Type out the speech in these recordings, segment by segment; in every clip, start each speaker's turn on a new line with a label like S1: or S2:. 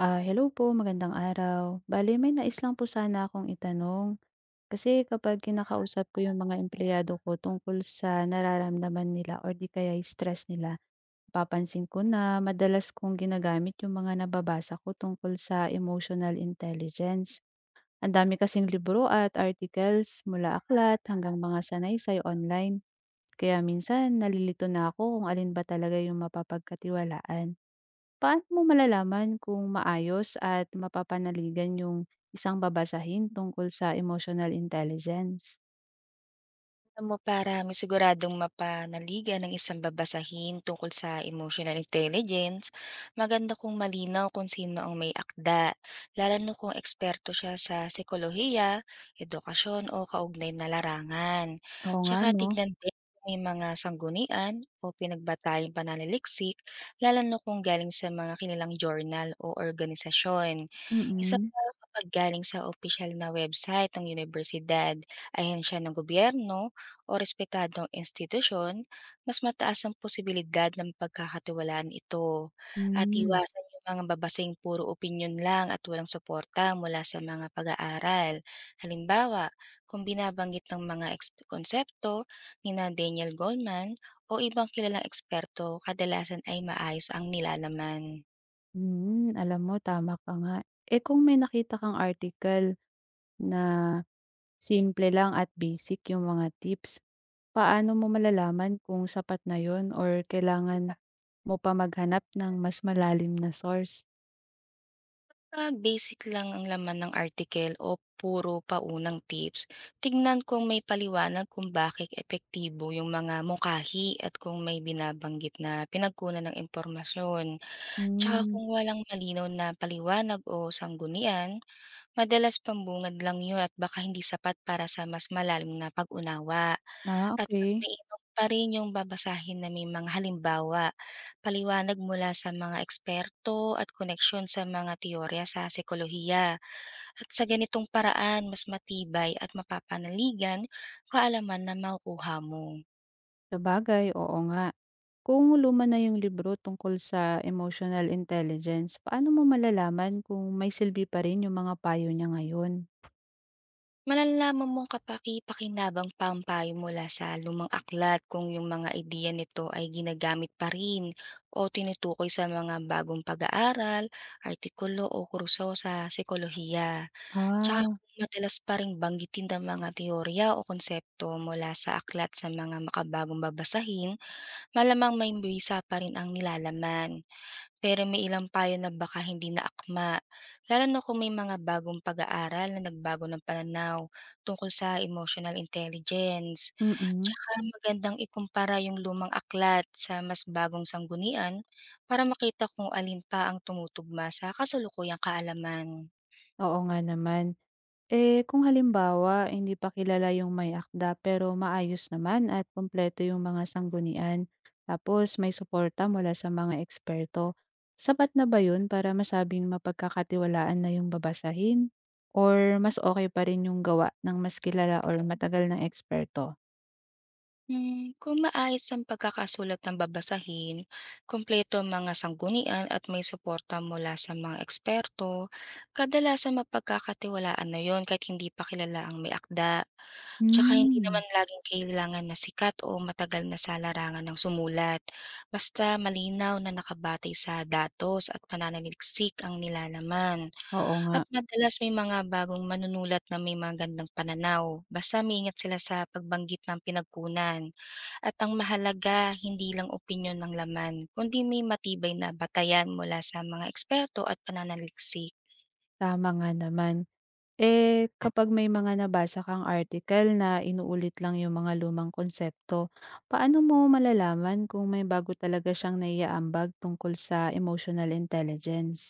S1: Ah, hello po, magandang araw. Bale, may nais lang po sana akong itanong. Kasi kapag kinakausap ko yung mga empleyado ko tungkol sa nararamdaman nila or di kaya yung stress nila, papansin ko na madalas kong ginagamit yung mga nababasa ko tungkol sa emotional intelligence. Ang dami kasing libro at articles mula aklat hanggang mga sanaysay online. Kaya minsan nalilito na ako kung alin ba talaga yung mapapagkatiwalaan. Paano mo malalaman kung maayos at mapapanaligan yung isang babasahin tungkol sa emotional intelligence?
S2: Alam mo, para masiguradong mapanaligan ng isang babasahin tungkol sa emotional intelligence, maganda kung malinaw kung sino ang may akda, lalo na kung eksperto siya sa psikolohiya, edukasyon o kaugnay na larangan.
S1: Oo nga
S2: Tsaka
S1: 'no?
S2: tignan din kung may mga sanggunian o pinagbatayang pananaliksik, lalo na kung galing sa mga kinilang journal o organisasyon. Isa
S1: Mm-mm.
S2: pa, kapag galing sa official na website ng universidad, ahensya ng gobyerno, o respetadong institusyon, mas mataas ang posibilidad ng pagkakatiwalaan ito.
S1: Mm.
S2: At
S1: Hmm.
S2: iwasan yung mga babasing puro opinyon lang at walang suporta mula sa mga pag-aaral. Halimbawa, kung binabanggit ng mga konsepto ni Daniel Goleman o ibang kilalang eksperto, kadalasan ay maayos ang nilalaman.
S1: Alam mo, tama ka nga. Eh, kung may nakita kang article na simple lang at basic yung mga tips, paano mo malalaman kung sapat na yun or kailangan mo pa maghanap ng mas malalim na source?
S2: Pag basic lang ang laman ng article o puro paunang tips, tignan kung may paliwanag kung bakit epektibo yung mga mungkahi at kung may binabanggit na pinagkunan ng impormasyon. Tsaka
S1: Hmm.
S2: kung walang malinaw na paliwanag o sanggunian, madalas pambungad lang yun at baka hindi sapat para sa mas malalim na pag-unawa.
S1: Ah,
S2: At mas
S1: okey.
S2: mainam pa rin yung babasahin na may mga halimbawa, paliwanag mula sa mga eksperto at koneksyon sa mga teorya sa psikolohiya. At sa ganitong paraan, mas matibay at mapapanaligan kaalaman na makukuha mo.
S1: Sabagay, oo nga. Kung luma na yung libro tungkol sa emotional intelligence, paano mo malalaman kung may silbi pa rin yung mga payo niya ngayon?
S2: Malalaman mong kapaki-pakinabang pa ang payo mula sa lumang aklat kung yung mga ideya nito ay ginagamit pa rin o tinutukoy sa mga bagong pag-aaral, artikulo o kurso sa psikolohiya. Tsaka
S1: Ah,
S2: kung madalas pa rin banggitin ng mga teorya o konsepto mula sa aklat sa mga makabagong babasahin, malamang may buwisa pa rin ang nilalaman, pero may ilang payo na baka hindi na akma, lalo na kung may mga bagong pag-aaral na nagbago ng pananaw tungkol sa emotional intelligence.
S1: mm.
S2: Tsaka magandang ikumpara yung lumang aklat sa mas bagong sanggunian para makita kung alin pa ang tumutugma sa kasalukuyang kaalaman.
S1: Oo nga naman. Eh, kung halimbawa, hindi pa kilala yung may akda pero maayos naman at kumpleto yung mga sanggunian, tapos may suporta mula sa mga eksperto, sapat na ba yun para masabing mapagkakatiwalaan na yung babasahin? Or mas okay pa rin yung gawa ng mas kilala or matagal ng eksperto?
S2: Kung maayos ang pagkakasulat ng babasahin, kumpleto ang mga sanggunian at may suporta mula sa mga eksperto, kadalasan mapagkakatiwalaan na yon kahit hindi pa kilala ang may akda. Tsaka hindi
S1: Hmm,
S2: naman laging kailangan na sikat o matagal na sa larangan ng sumulat, basta malinaw na nakabatay sa datos at pananaliksik ang nilalaman.
S1: oo nga,
S2: At madalas may mga bagong manunulat na may magandang pananaw, basta maingat sila sa pagbanggit ng pinagkunan. At ang mahalaga, hindi lang opinyon ng laman, kundi may matibay na batayan mula sa mga eksperto at pananaliksik.
S1: tama nga naman. Eh, kapag may mga nabasa kang article na inuulit lang yung mga lumang konsepto, paano mo malalaman kung may bago talaga siyang naiaambag tungkol sa emotional intelligence?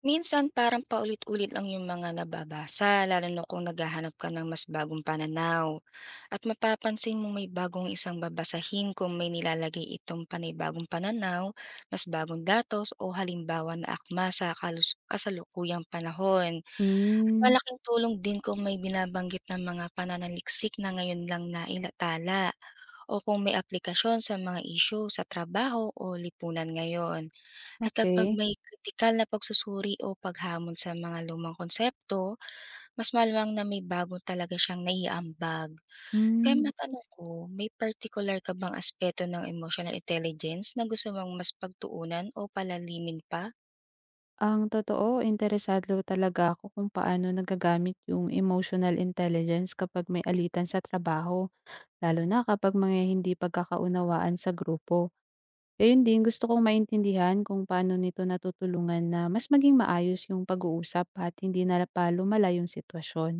S2: Minsan parang paulit-ulit lang yung mga nababasa, lalo na kung naghahanap ka ng mas bagong pananaw. At mapapansin mo may bagong isang babasahin kung may nilalagay itong panibagong pananaw, mas bagong datos o halimbawa na akma sa kasalukuyang panahon.
S1: Hmm,
S2: Malaking tulong din kung may binabanggit ng mga pananaliksik na ngayon lang na ilatala o kung may aplikasyon sa mga isyu sa trabaho o lipunan ngayon. At kapag
S1: okay.
S2: may kritikal na pagsusuri o paghamon sa mga lumang konsepto, mas malamang na may bago talaga siyang naiambag. Kaya
S1: Hmm,
S2: Matanong ko, may particular ka bang aspeto ng emotional intelligence na gusto mong mas pagtuunan o palalimin pa?
S1: ang totoo interesado talaga ako kung paano nagagamit yung emotional intelligence kapag may alitan sa trabaho, lalo na kapag mga hindi pagkakaunawaan sa grupo. Ayun din, gusto kong maintindihan kung paano nito natutulungan na mas maging maayos yung pag-uusap at hindi na pa lumala yung sitwasyon.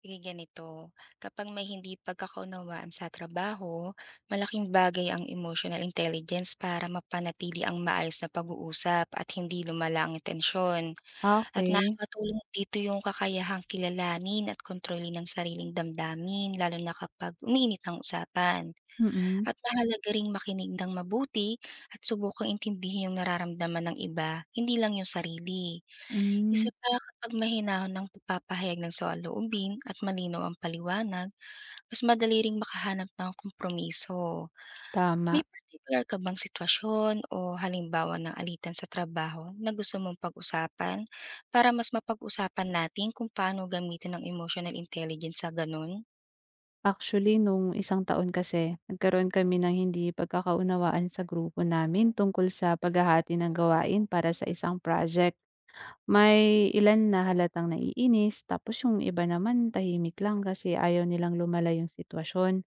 S2: Sige, ganito, kapag may hindi pagkakaunawaan sa trabaho, malaking bagay ang emotional intelligence para mapanatili ang maayos na pag-uusap at hindi lumala ang tensyon.
S1: Ah,
S2: At
S1: okey.
S2: nakakatulong dito yung kakayahang kilalanin at kontrolin ng sariling damdamin, lalo na kapag umiinit ang usapan.
S1: Mm.
S2: At mahalaga ring makinig ng mabuti at subukang intindihin yung nararamdaman ng iba, hindi lang yung sarili. Isa
S1: Hmm,
S2: pa, kapag mahinahon ng pagpapahayag ng saloobin at malinaw ang paliwanag, mas madali ring makahanap ng kompromiso.
S1: tama.
S2: May particular ka bang sitwasyon o halimbawa ng alitan sa trabaho na gusto mong pag-usapan para mas mapag-usapan natin kung paano gamitin ang emotional intelligence sa ganun?
S1: Actually, nung isang taon kasi, nagkaroon kami ng hindi pagkakaunawaan sa grupo namin tungkol sa paghahati ng gawain para sa isang project. May ilan na halatang naiinis, tapos yung iba naman tahimik lang kasi ayaw nilang lumala yung sitwasyon.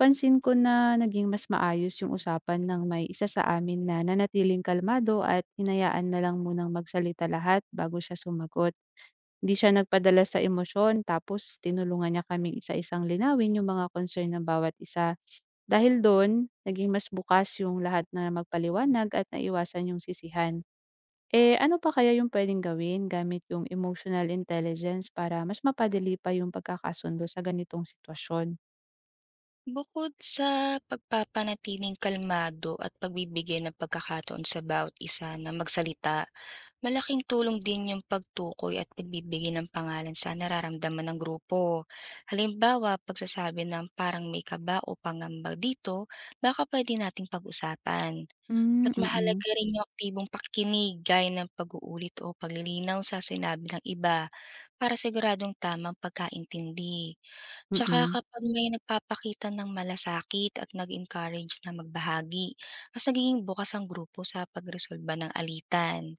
S1: Pansin ko na naging mas maayos yung usapan ng may isa sa amin na nanatiling kalmado at hinayaan na lang munang magsalita lahat bago siya sumagot. Hindi siya nagpadala sa emosyon tapos tinulungan niya kaming isa-isang linawin yung mga concern ng bawat isa. Dahil doon, naging mas bukas yung lahat na magpaliwanag at naiwasan yung sisihan. Eh ano pa kaya yung pwedeng gawin gamit yung emotional intelligence para mas mapadali pa yung pagkakasundo sa ganitong sitwasyon?
S2: Bukod sa pagpapanatiling kalmado at pagbibigay ng pagkakataon sa bawat isa na magsalita, malaking tulong din yung pagtukoy at pagbibigay ng pangalan sa nararamdaman ng grupo. Halimbawa, pagsasabi ng parang may kaba o pangamba dito, baka pwede nating pag-usapan.
S1: Hmm,
S2: At
S1: mm.
S2: mahalaga rin yung aktibong pakikinig gaya ng pag-uulit o paglilinaw sa sinabi ng iba para siguradong tamang pagkaintindi.
S1: Mm.
S2: Tsaka
S1: Mm.
S2: kapag may nagpapakita ng malasakit at nag-encourage na magbahagi, mas nagiging bukas ang grupo sa pagresolba ng alitan.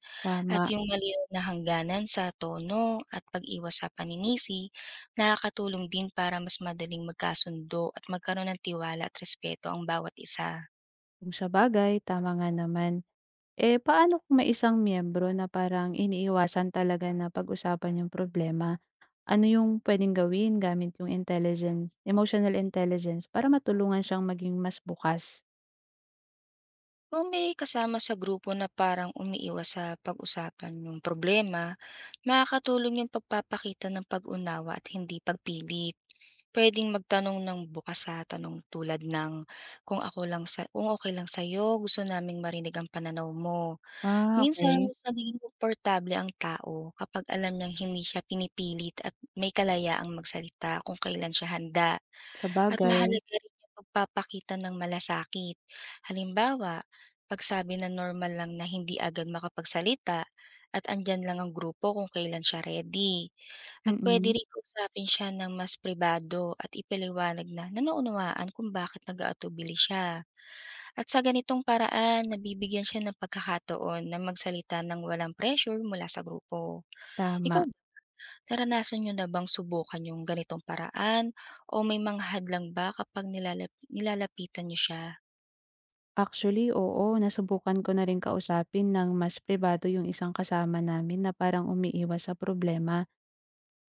S2: At
S1: Tama.
S2: yung malinaw na hangganan sa tono at pag-iwas sa paninisi, nakakatulong din para mas madaling magkasundo at magkaroon ng tiwala at respeto ang bawat isa.
S1: Kung sabagay, tama nga naman. Eh, paano kung may isang miyembro na parang iniiwasan talaga na pag-usapan yung problema? Ano yung pwedeng gawin gamit yung emotional intelligence para matulungan siyang maging mas bukas?
S2: Kung may kasama sa grupo na parang umiiwas sa pag-usapan yung problema, makakatulong yung pagpapakita ng pag-unawa at hindi pagpilit. Pwedeng magtanong ng bukas sa tanong tulad ng kung ako lang sa kung okay lang sa'yo, gusto naming marinig ang pananaw mo.
S1: Ah, okay
S2: Minsan,
S1: okey.
S2: mas nagiging komportable ang tao kapag alam niyang hindi siya pinipilit at may kalayaang magsalita kung kailan siya handa. At
S1: Sabagay,
S2: mahalaga rin yung pagpapakita ng malasakit. Halimbawa, pagsabi na normal lang na hindi agad makapagsalita at andyan lang ang grupo kung kailan siya ready. At
S1: mm,
S2: pwede rin kausapin siya ng mas pribado at ipaliwanag na nanaunuaan kung bakit nag-aatubili siya. At sa ganitong paraan, nabibigyan siya ng pagkakataon na magsalita ng walang pressure mula sa grupo. Ikaw
S1: tama.
S2: ba, naranasan niyo na bang subukan yung ganitong paraan o may mga hadlang ba kapag nilalapitan niyo siya?
S1: Actually, oo, nasubukan ko na rin kausapin ng mas pribado yung isang kasama namin na parang umiiwas sa problema.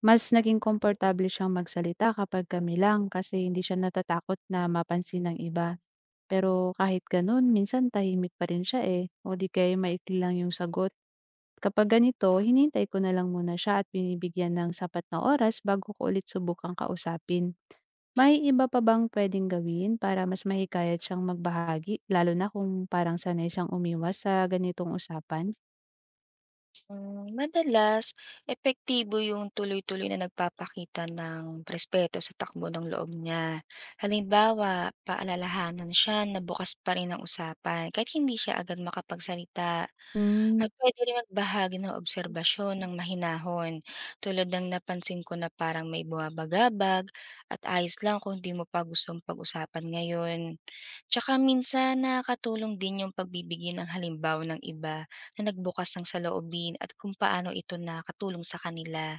S1: Mas naging komportable siyang magsalita kapag kami lang kasi hindi siya natatakot na mapansin ng iba. Pero kahit ganun, minsan tahimik pa rin siya eh, o di kaya maikli lang yung sagot. Kapag ganito, hinintay ko na lang muna siya at binibigyan ng sapat na oras bago ko ulit subukang kausapin. May iba pa bang pwedeng gawin para mas mahikayat siyang magbahagi, lalo na kung parang sanay siyang umiwas sa ganitong usapan?
S2: Madalas epektibo yung tuloy-tuloy na nagpapakita ng respeto sa takbo ng loob niya. Halimbawa, paalalahanan siya na bukas pa rin ang usapan kahit hindi siya agad makapagsalita.
S1: Hmm,
S2: At pwede rin magbahagi ng obserbasyon ng mahinahon tulad ng napansin ko na parang may bumabagabag at ayos lang kung di mo pa gustong pag-usapan ngayon. Tsaka minsan nakakatulong din yung pagbibigay ng halimbawa ng iba na nagbukas ng saloobin at kung paano ito nakatulong sa kanila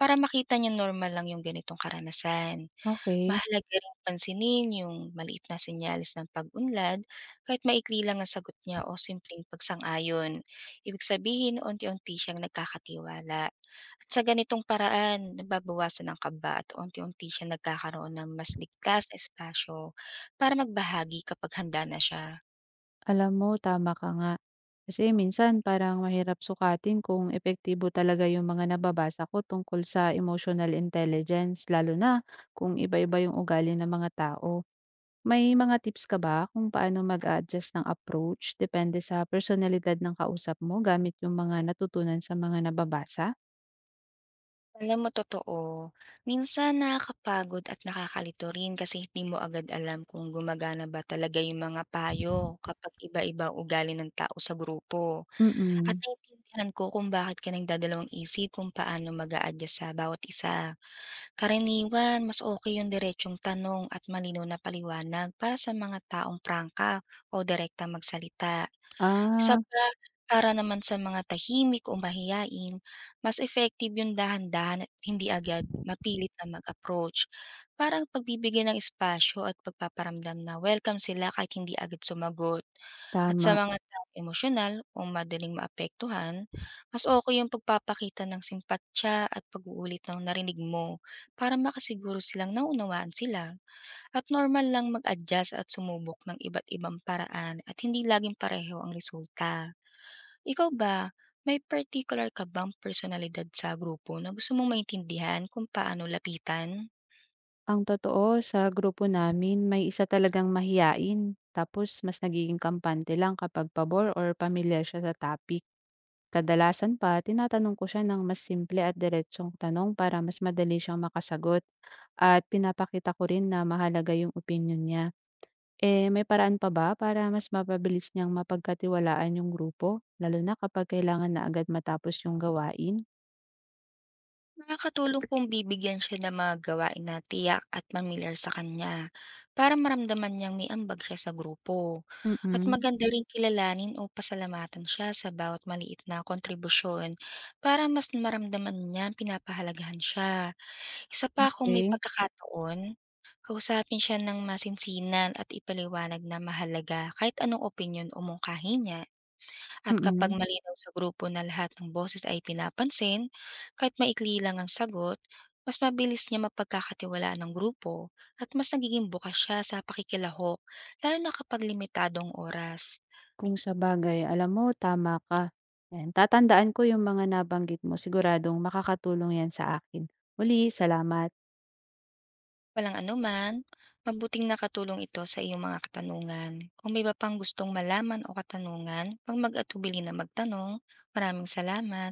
S2: para makita niyang normal lang yung ganitong karanasan.
S1: okay.
S2: Mahalaga rin pansinin yung maliit na senyales ng pag-unlad kahit maikli lang ang sagot niya o simpleng pagsang-ayon. Ibig sabihin, unti-unti siyang nagkakatiwala. At sa ganitong paraan, nababawasan ang kaba at unti-unti siya nagkakaroon ng mas ligtas na espasyo para magbahagi kapag handa na siya.
S1: Alam mo, tama ka nga. Kasi minsan parang mahirap sukatin kung epektibo talaga yung mga nababasa ko tungkol sa emotional intelligence, lalo na kung iba-iba yung ugali ng mga tao. May mga tips ka ba kung paano mag-adjust ng approach depende sa personalidad ng kausap mo gamit yung mga natutunan sa mga nababasa?
S2: Alam mo, totoo. Minsan nakakapagod at nakakalito rin kasi hindi mo agad alam kung gumagana ba talaga yung mga payo kapag iba-iba ang ugali ng tao sa grupo. At
S1: Mm.
S2: naiintindihan ko kung bakit ka nagdadalawang isip kung paano mag adjust sa bawat isa. Karaniwan, mas okay yung diretsong tanong at malinaw na paliwanag para sa mga taong prangka o direkta magsalita.
S1: Ah,
S2: Saka para naman sa mga tahimik o mahiyain, mas effective yung dahan-dahan at hindi agad mapilit na mag-approach. Parang pagbibigay ng espasyo at pagpaparamdam na welcome sila kahit hindi agad sumagot. At sa
S1: tama.
S2: mga taong emosyonal o madaling maapektuhan, mas okay yung pagpapakita ng simpatya at pag-uulit ng narinig mo para makasiguro silang naunawaan sila. At normal lang mag-adjust at sumubok ng iba't ibang paraan at hindi laging pareho ang resulta. Ikaw ba, may particular ka bang personalidad sa grupo na gusto mong maintindihan kung paano lapitan?
S1: Ang totoo sa grupo namin may isa talagang mahiyain, tapos mas nagiging kampante lang kapag pabor or pamilyar siya sa topic. Kadalasan pa, tinatanong ko siya ng mas simple at diretsong tanong para mas madali siyang makasagot at pinapakita ko rin na mahalaga yung opinyon niya. Eh, may paraan pa ba para mas mapabilis niyang mapagkatiwalaan yung grupo, lalo na kapag kailangan na agad matapos yung gawain?
S2: Nakakatulong kung bibigyan siya ng mga gawain na tiyak at familiar sa kanya para maramdaman niyang may ambag siya sa grupo. At
S1: Mm-mm.
S2: maganda rin kilalanin o pasalamatan siya sa bawat maliit na kontribusyon para mas maramdaman niya pinapahalagahan siya. Isa pa, kung may
S1: Okay.
S2: pagkakataon, kausapin siya ng masinsinan at ipaliwanag na mahalaga kahit anong opinyon o mungkahi niya. At kapag
S1: Mm-mm.
S2: malinaw sa grupo na lahat ng boses ay pinapansin, kahit maikli lang ang sagot, mas mabilis niya mapagkakatiwalaan ng grupo at mas nagiging bukas siya sa pakikilahok, lalo na kapag limitadong oras.
S1: Kung sabagay, alam mo tama ka. 'Yan, tatandaan ko yung mga nabanggit mo, siguradong makakatulong 'yan sa akin. Muli, salamat.
S2: Walang anuman, mabuting nakatulong ito sa iyong mga katanungan. Kung may iba pang gustong malaman o katanungan, pag mag-atubili na magtanong, maraming salamat.